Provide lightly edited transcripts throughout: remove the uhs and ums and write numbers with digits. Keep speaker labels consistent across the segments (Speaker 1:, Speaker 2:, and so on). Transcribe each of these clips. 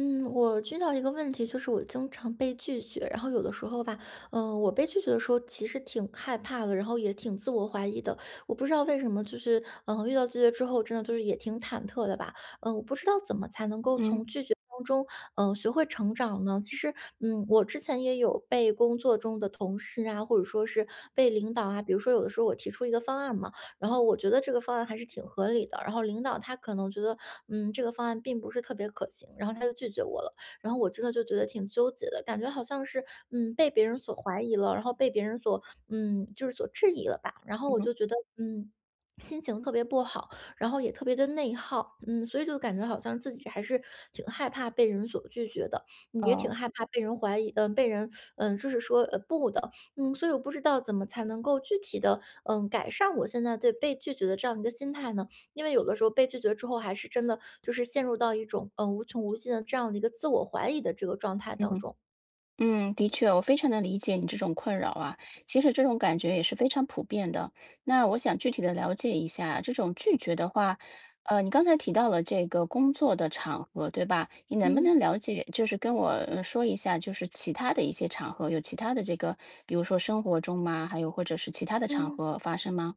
Speaker 1: 嗯，我遇到一个问题，就是我经常被拒绝，然后有的时候吧，我被拒绝的时候其实挺害怕的，然后也挺自我怀疑的。我不知道为什么，就是遇到拒绝之后，真的就是也挺忐忑的吧。我不知道怎么才能够
Speaker 2: 嗯
Speaker 1: 从拒绝当中，学会成长呢？其实，我之前也有被工作中的同事啊，或者说是被领导啊，比如说有的时候我提出一个方案嘛。然后我觉得这个方案还是挺合理的。然后领导他可能觉得，这个方案并不是特别可行，然后他就拒绝我了。然后我真的就觉得挺纠结的，感觉好像是，被别人所怀疑了，然后被别人所，就是所质疑了吧。然后我
Speaker 2: 嗯
Speaker 1: 就觉得。心情特别不好，然后也特别的内耗，所以就感觉好像自己还是挺害怕被人所拒绝的，也挺
Speaker 2: 哦
Speaker 1: 害怕被人怀疑，被人，就是说，不的，所以我不知道怎么才能够具体的，改善我现在对被拒绝的这样一个心态呢？因为有的时候被拒绝之后，还是真的就是陷入到一种，无穷无尽的这样的一个自我怀疑的这个状态当
Speaker 2: 嗯
Speaker 1: 中。
Speaker 2: 的确，我非常的理解你这种困扰啊。其实这种感觉也是非常普遍的。那我想具体的了解一下，这种拒绝的话，你刚才提到了这个工作的场合，对吧？你能不
Speaker 1: 嗯。
Speaker 2: 能了解，就是跟我说一下，就是其他的一些场合，有其他的这个，比如说生活中吗？还有或者是其他的场
Speaker 1: 嗯。
Speaker 2: 合发生吗？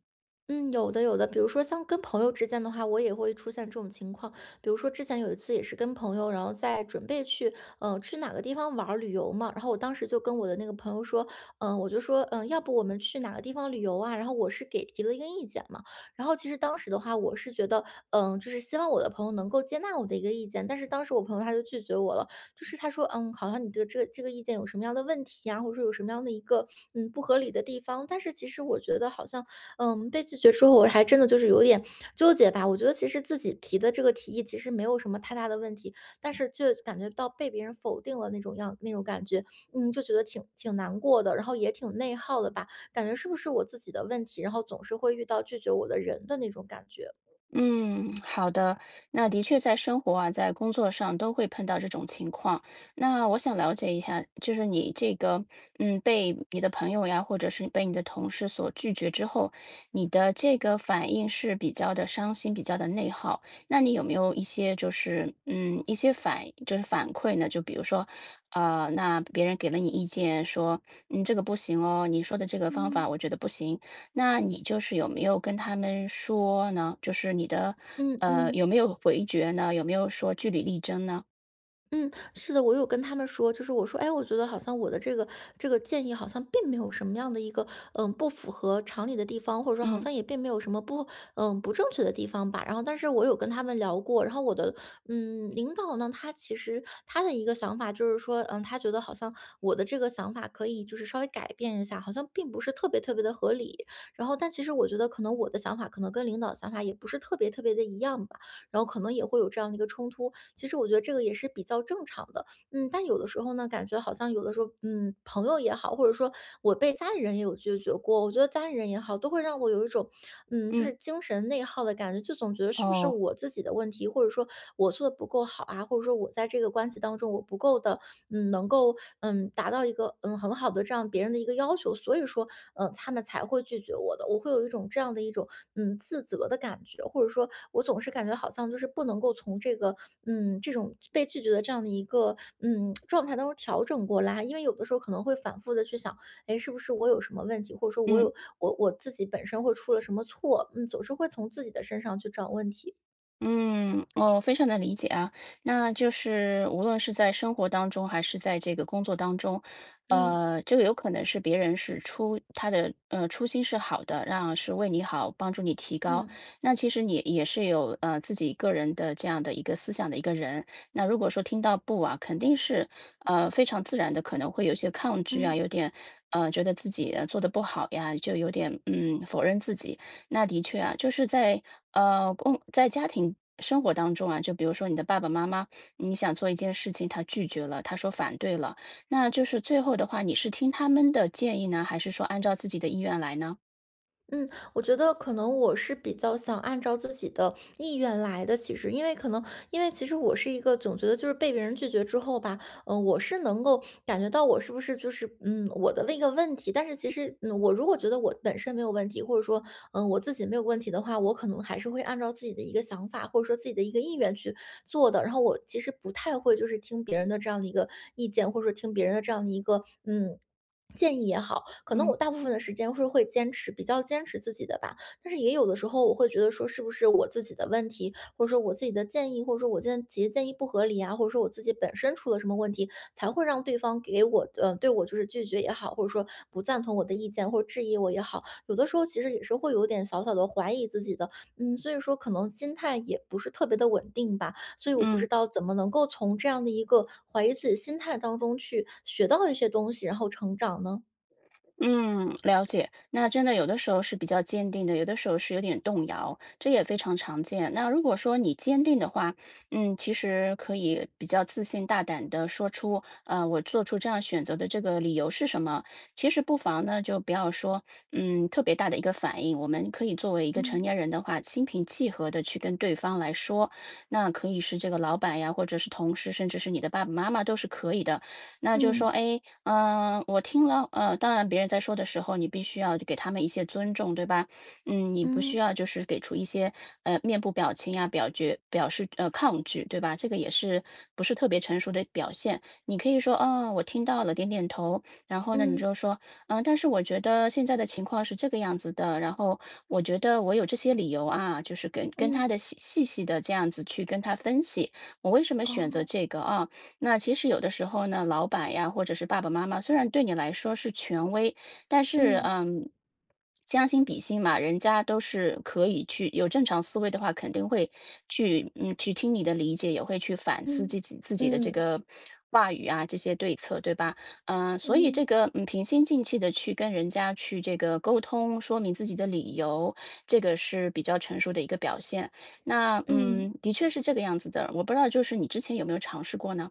Speaker 1: 嗯，有的有的，比如说像跟朋友之间的话，我也会出现这种情况。比如说之前有一次也是跟朋友，然后在准备去，去哪个地方玩儿旅游嘛，然后我当时就跟我的那个朋友说，我就说，要不我们去哪个地方旅游啊？然后我是给提了一个意见嘛，然后其实当时的话，我是觉得，就是希望我的朋友能够接纳我的一个意见，但是当时我朋友他就拒绝我了，就是他说，好像你的这个意见有什么样的问题呀、或者说有什么样的一个不合理的地方，但是其实我觉得好像。被拒绝之后，我还真的就是有点纠结吧。我觉得其实自己提的这个提议其实没有什么太大的问题，但是就感觉到被别人否定了那种样那种感觉，就觉得挺难过的，然后也挺内耗的吧。感觉是不是我自己的问题，然后总是会遇到拒绝我的人的那种感觉。
Speaker 2: 嗯，好的。那的确在生活啊，在工作上都会碰到这种情况。那我想了解一下，就是你这个，被你的朋友呀，或者是被你的同事所拒绝之后，你的这个反应是比较的伤心，比较的内耗。那你有没有一些就是，嗯，一些反，就是反馈呢？就比如说，那别人给了你意见，说，这个不行哦，你说的这个方法
Speaker 1: 嗯
Speaker 2: 我觉得不行。那你就是有没有跟他们说呢？就是你的，
Speaker 1: 嗯嗯。
Speaker 2: 有没有回绝呢？有没有说据理力争呢？
Speaker 1: 嗯，是的，我有跟他们说，就是我说，哎，我觉得好像我的这个建议好像并没有什么样的一个，不符合常理的地方，或者说好
Speaker 2: 嗯
Speaker 1: 像也并没有什么不正确的地方吧。然后，但是我有跟他们聊过，然后我的，领导呢，他其实他的一个想法就是说，他觉得好像我的这个想法可以就是稍微改变一下，好像并不是特别特别的合理。然后，但其实我觉得可能我的想法可能跟领导想法也不是特别特别的一样吧，然后可能也会有这样的一个冲突。其实我觉得这个也是比较正常的。但有的时候呢，感觉好像有的时候，朋友也好，或者说我被家里人也有拒绝过，我觉得家里人也好，都会让我有一种，就
Speaker 2: 嗯，
Speaker 1: 是精神内耗的感觉，就总觉得是不是
Speaker 2: 哦，
Speaker 1: 我自己的问题，或者说我做的不够好啊，或者说我在这个关系当中我不够的能够，达到一个，很好的这样别人的一个要求，所以说，他们才会拒绝我的。我会有一种这样的一种，自责的感觉，或者说我总是感觉好像就是不能够从这个，这种被拒绝的这样的一个，状态当中调整过来。因为有的时候可能会反复的去想，哎，是不是我有什么问题，或者说我
Speaker 2: 嗯。
Speaker 1: 有我我自己本身会出了什么错，总是会从自己的身上去找问题。
Speaker 2: 嗯，我非常的理解啊。那就是无论是在生活当中，还是在这个工作当中，
Speaker 1: 嗯
Speaker 2: 这个有可能是别人是出他的初心是好的，让是为你好，帮助你提高。
Speaker 1: 嗯
Speaker 2: 那其实你也是有自己个人的这样的一个思想的一个人。那如果说听到不啊，肯定是非常自然的，可能会有些抗拒啊，
Speaker 1: 嗯。
Speaker 2: 有点觉得自己做的不好呀，就有点否认自己。那的确啊，就是在呃公在家庭生活当中啊，就比如说你的爸爸妈妈，你想做一件事情，他拒绝了，他说反对了，那就是最后的话，你是听他们的建议呢，还是说按照自己的意愿来呢？
Speaker 1: 嗯，我觉得可能我是比较想按照自己的意愿来的。其实，因为其实我是一个总觉得就是被别人拒绝之后吧，我是能够感觉到我是不是就是我的那个问题。但是其实，我如果觉得我本身没有问题，或者说我自己没有问题的话，我可能还是会按照自己的一个想法或者说自己的一个意愿去做的。然后我其实不太会就是听别人的这样的一个意见，或者说听别人的这样的一个建议也好，可能
Speaker 2: 嗯
Speaker 1: 我大部分的时间是会坚持，比较坚持自己的吧。但是也有的时候，我会觉得说，是不是我自己的问题，或者说我自己的建议，或者说我提的建议不合理啊，或者说我自己本身出了什么问题，才会让对方对我就是拒绝也好，或者说不赞同我的意见或者质疑我也好，有的时候其实也是会有点小小的怀疑自己的，所以说可能心态也不是特别的稳定吧。所以我不
Speaker 2: 嗯。
Speaker 1: 知道怎么能够从这样的一个怀疑自己心态当中去学到一些东西，然后成长呢？
Speaker 2: 嗯，了解。那真的有的时候是比较坚定的，有的时候是有点动摇，这也非常常见。那如果说你坚定的话，其实可以比较自信、大胆的说出，我做出这样选择的这个理由是什么？其实不妨呢，就不要说，特别大的一个反应。我们可以作为一个成
Speaker 1: 嗯
Speaker 2: 年人的话，心平气和的去跟对方来说，那可以是这个老板呀，或者是同事，甚至是你的爸爸妈妈都是可以的。那就说，
Speaker 1: 嗯
Speaker 2: 哎，我听了，当然别人在说的时候，你必须要给他们一些尊重，对吧？嗯，你不需
Speaker 1: 嗯
Speaker 2: 要就是给出一些面部表情呀、表示抗拒，对吧？这个也是不是特别成熟的表现。你可以说，我听到了，点点头。然后呢，你
Speaker 1: 嗯
Speaker 2: 就说，但是我觉得现在的情况是这个样子的，然后我觉得我有这些理由啊，就是跟
Speaker 1: 嗯，
Speaker 2: 他的细细的这样子去跟他分析，我为什么选择
Speaker 1: 哦，
Speaker 2: 这个啊？哦。那其实有的时候呢，老板呀，或者是爸爸妈妈，虽然对你来说是权威，但是，
Speaker 1: 嗯
Speaker 2: 将心比心嘛，人家都是可以去有正常思维的话，肯定会去，去听你的理解，也会去反思
Speaker 1: 嗯
Speaker 2: 自己的这
Speaker 1: 嗯
Speaker 2: 个话语啊，这些对策，对吧？所以这
Speaker 1: 嗯
Speaker 2: 个，平心静气的去跟人家去这个沟通，说明自己的理由，这个是比较成熟的一个表现。那，
Speaker 1: 嗯。
Speaker 2: 的确是这个样子的。我不知道，就是你之前有没有尝试过呢？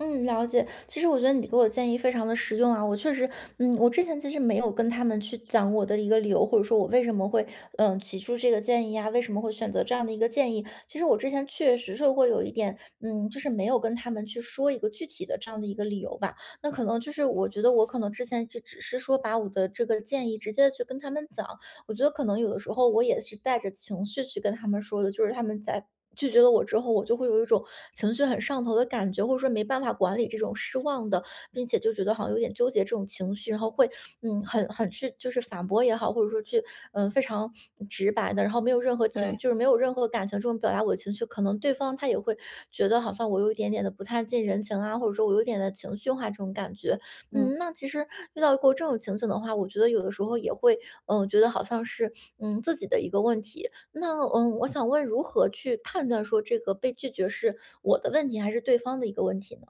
Speaker 1: 嗯，了解。其实我觉得你给我的建议非常的实用啊，我确实，我之前其实没有跟他们去讲我的一个理由，或者说我为什么会，提出这个建议啊，为什么会选择这样的一个建议。其实我之前确实是会有一点，就是没有跟他们去说一个具体的这样的一个理由吧。那可能就是我觉得我可能之前就只是说把我的这个建议直接去跟他们讲，我觉得可能有的时候我也是带着情绪去跟他们说的，就是他们在拒绝了我之后，我就会有一种情绪很上头的感觉，或者说没办法管理这种失望的，并且就觉得好像有点纠结这种情绪，然后会很去就是反驳也好，或者说去非常直白的，然后没有任何情
Speaker 2: 对，
Speaker 1: 就是没有任何感情这种表达我的情绪，可能对方他也会觉得好像我有一点点的不太近人情啊，或者说我有一点的情绪化这种感觉，
Speaker 2: 嗯，
Speaker 1: 那其实遇到过这种情景的话，我觉得有的时候也会，觉得好像是，自己的一个问题。那，我想问，如何去判断说这个被拒绝是我的问题还是对方的一个问题呢？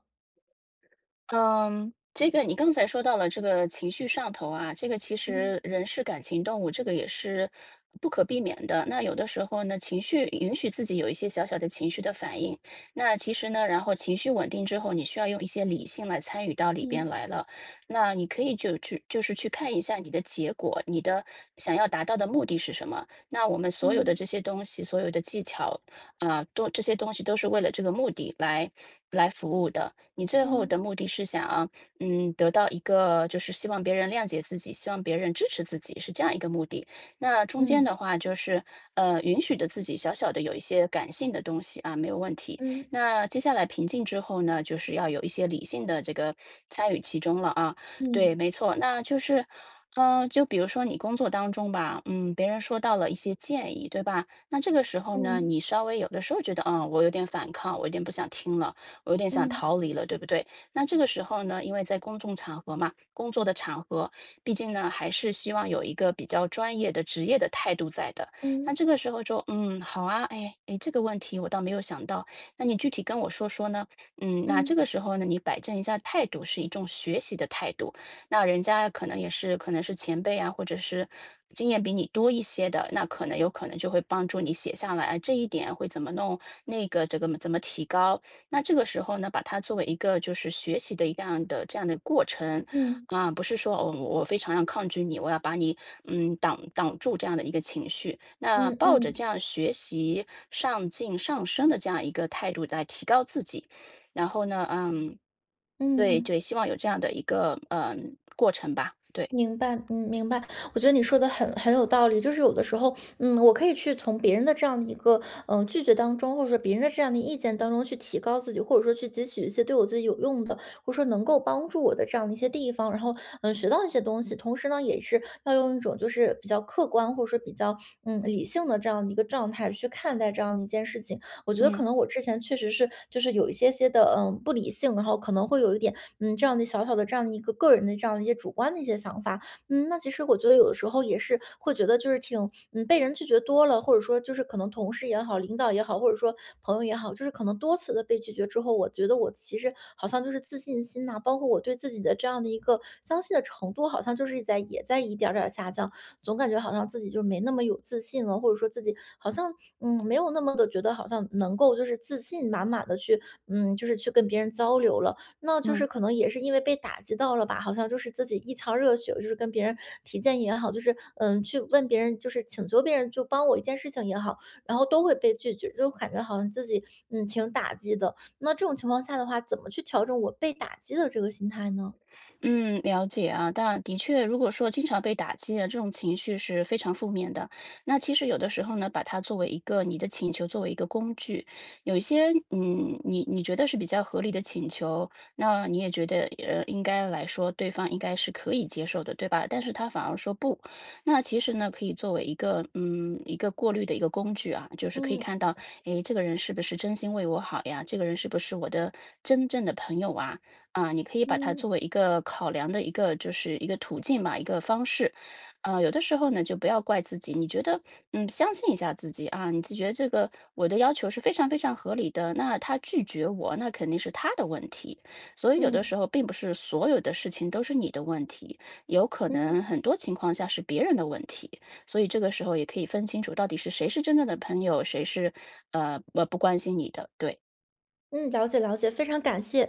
Speaker 2: 嗯，这个你刚才说到了这个情绪上头啊，这个其实
Speaker 1: 嗯
Speaker 2: 人是感情动物，这个也是不可避免的。那有的时候呢，情绪允许自己有一些小小的情绪的反应。那其实呢，然后情绪稳定之后，你需要用一些理性来参与到里边
Speaker 1: 嗯
Speaker 2: 来了。那你可以就去就是去看一下你的结果，你的想要达到的目的是什么。那我们所有的
Speaker 1: 嗯
Speaker 2: 这些东西，所有的技巧。啊，都这些东西都是为了这个目的来服务的。你最后
Speaker 1: 嗯
Speaker 2: 的目的是想啊得到一个就是希望别人谅解自己，希望别人支持自己，是这样一个目的。那中间
Speaker 1: 嗯
Speaker 2: 的话就是，允许的自己小小的有一些感性的东西啊，没有问题。
Speaker 1: 嗯
Speaker 2: 那接下来平静之后呢，就是要有一些理性的这个参与其中了啊。对，
Speaker 1: 嗯
Speaker 2: 没错，那就是。就比如说你工作当中吧，别人说到了一些建议，对吧？那这个时候呢，
Speaker 1: 嗯
Speaker 2: 你稍微有的时候觉得，我有点反抗，我有点不想听了，我有点想
Speaker 1: 嗯
Speaker 2: 逃离了，对不对？那这个时候呢，因为在公众场合嘛，工作的场合，毕竟呢，还是希望有一个比较专业的、职业的态度在的。那
Speaker 1: 嗯
Speaker 2: 这个时候就好啊，哎，哎，这个问题我倒没有想到，那你具体跟我说说呢？那这
Speaker 1: 嗯
Speaker 2: 个时候呢，你摆正一下态度，是一种学习的态度，那人家可能也是可能是前辈啊，或者是经验比你多一些的，那可能有可能就会帮助你写下来，哎这一点会怎么弄，那个这个怎么提高。那这个时候呢，把它作为一个就是学习的一样的这样的过程
Speaker 1: 嗯
Speaker 2: 啊，不是说哦，我非常要抗拒你，我要把你挡住这样的一个情绪。那
Speaker 1: 嗯
Speaker 2: 抱着这
Speaker 1: 嗯
Speaker 2: 样学习、上进、上升的这样一个态度来提高自己，然后呢，嗯。
Speaker 1: 嗯
Speaker 2: 对对，
Speaker 1: 嗯。
Speaker 2: 希望有这样的一个，过程吧，对，
Speaker 1: 明白，明白。我觉得你说的很有道理，就是有的时候，我可以去从别人的这样的一个，拒绝当中，或者说别人的这样的意见当中去提高自己，或者说去汲取一些对我自己有用的，或者说能够帮助我的这样的一些地方，然后，学到一些东西。同时呢，也是要用一种就是比较客观，或者说比较，理性的这样的一个状态去看待这样的一件事情。我觉得可
Speaker 2: 嗯
Speaker 1: 能我之前确实是就是有一些些的，不理性，然后可能会有一点这样的小小的这样的一个个人的这样的一些主观的一些想法。那其实我觉得有的时候也是会觉得就是挺，被人拒绝多了，或者说就是可能同事也好，领导也好，或者说朋友也好，就是可能多次的被拒绝之后，我觉得我其实好像就是自信心呐、包括我对自己的这样的一个相信的程度，好像就是在也在一点儿点儿下降，总感觉好像自己就没那么有自信了，或者说自己好像没有那么的觉得好像能够就是自信满满的去就是去跟别人交流了。那就
Speaker 2: 嗯。
Speaker 1: 是可能也是因为被打击到了吧，好像就是自己一腔热血，就是跟别人提建议也好，就是去问别人，就是请求别人就帮我一件事情也好，然后都会被拒绝，就感觉好像自己挺打击的。那这种情况下的话，怎么去调整我被打击的这个心态呢？
Speaker 2: 嗯，了解啊，但的确，如果说经常被打击啊，这种情绪是非常负面的。那其实有的时候呢，把它作为一个你的请求，作为一个工具，有一些你觉得是比较合理的请求，那你也觉得应该来说对方应该是可以接受的，对吧？但是他反而说不，那其实呢，可以作为一个一个过滤的一个工具啊，就是可以
Speaker 1: 嗯
Speaker 2: 看到，诶，这个人是不是真心为我好呀？这个人是不是我的真正的朋友啊？啊，你可以把它
Speaker 1: 嗯
Speaker 2: 作为一个考量的一个就是一个途径吧，一个方式。有的时候呢，就不要怪自己，你觉得，相信一下自己啊，你就觉得这个我的要求是非常非常合理的，那他拒绝我，那肯定是他的问题。所以有的时
Speaker 1: 嗯
Speaker 2: 候并不是所有的事情都是你的问题，有可
Speaker 1: 嗯
Speaker 2: 能很多情况下是别人的问题。所以这个时候也可以分清楚，到底是谁是真正的朋友，谁是不关心你的，对。
Speaker 1: 嗯，了解了解，非常感谢。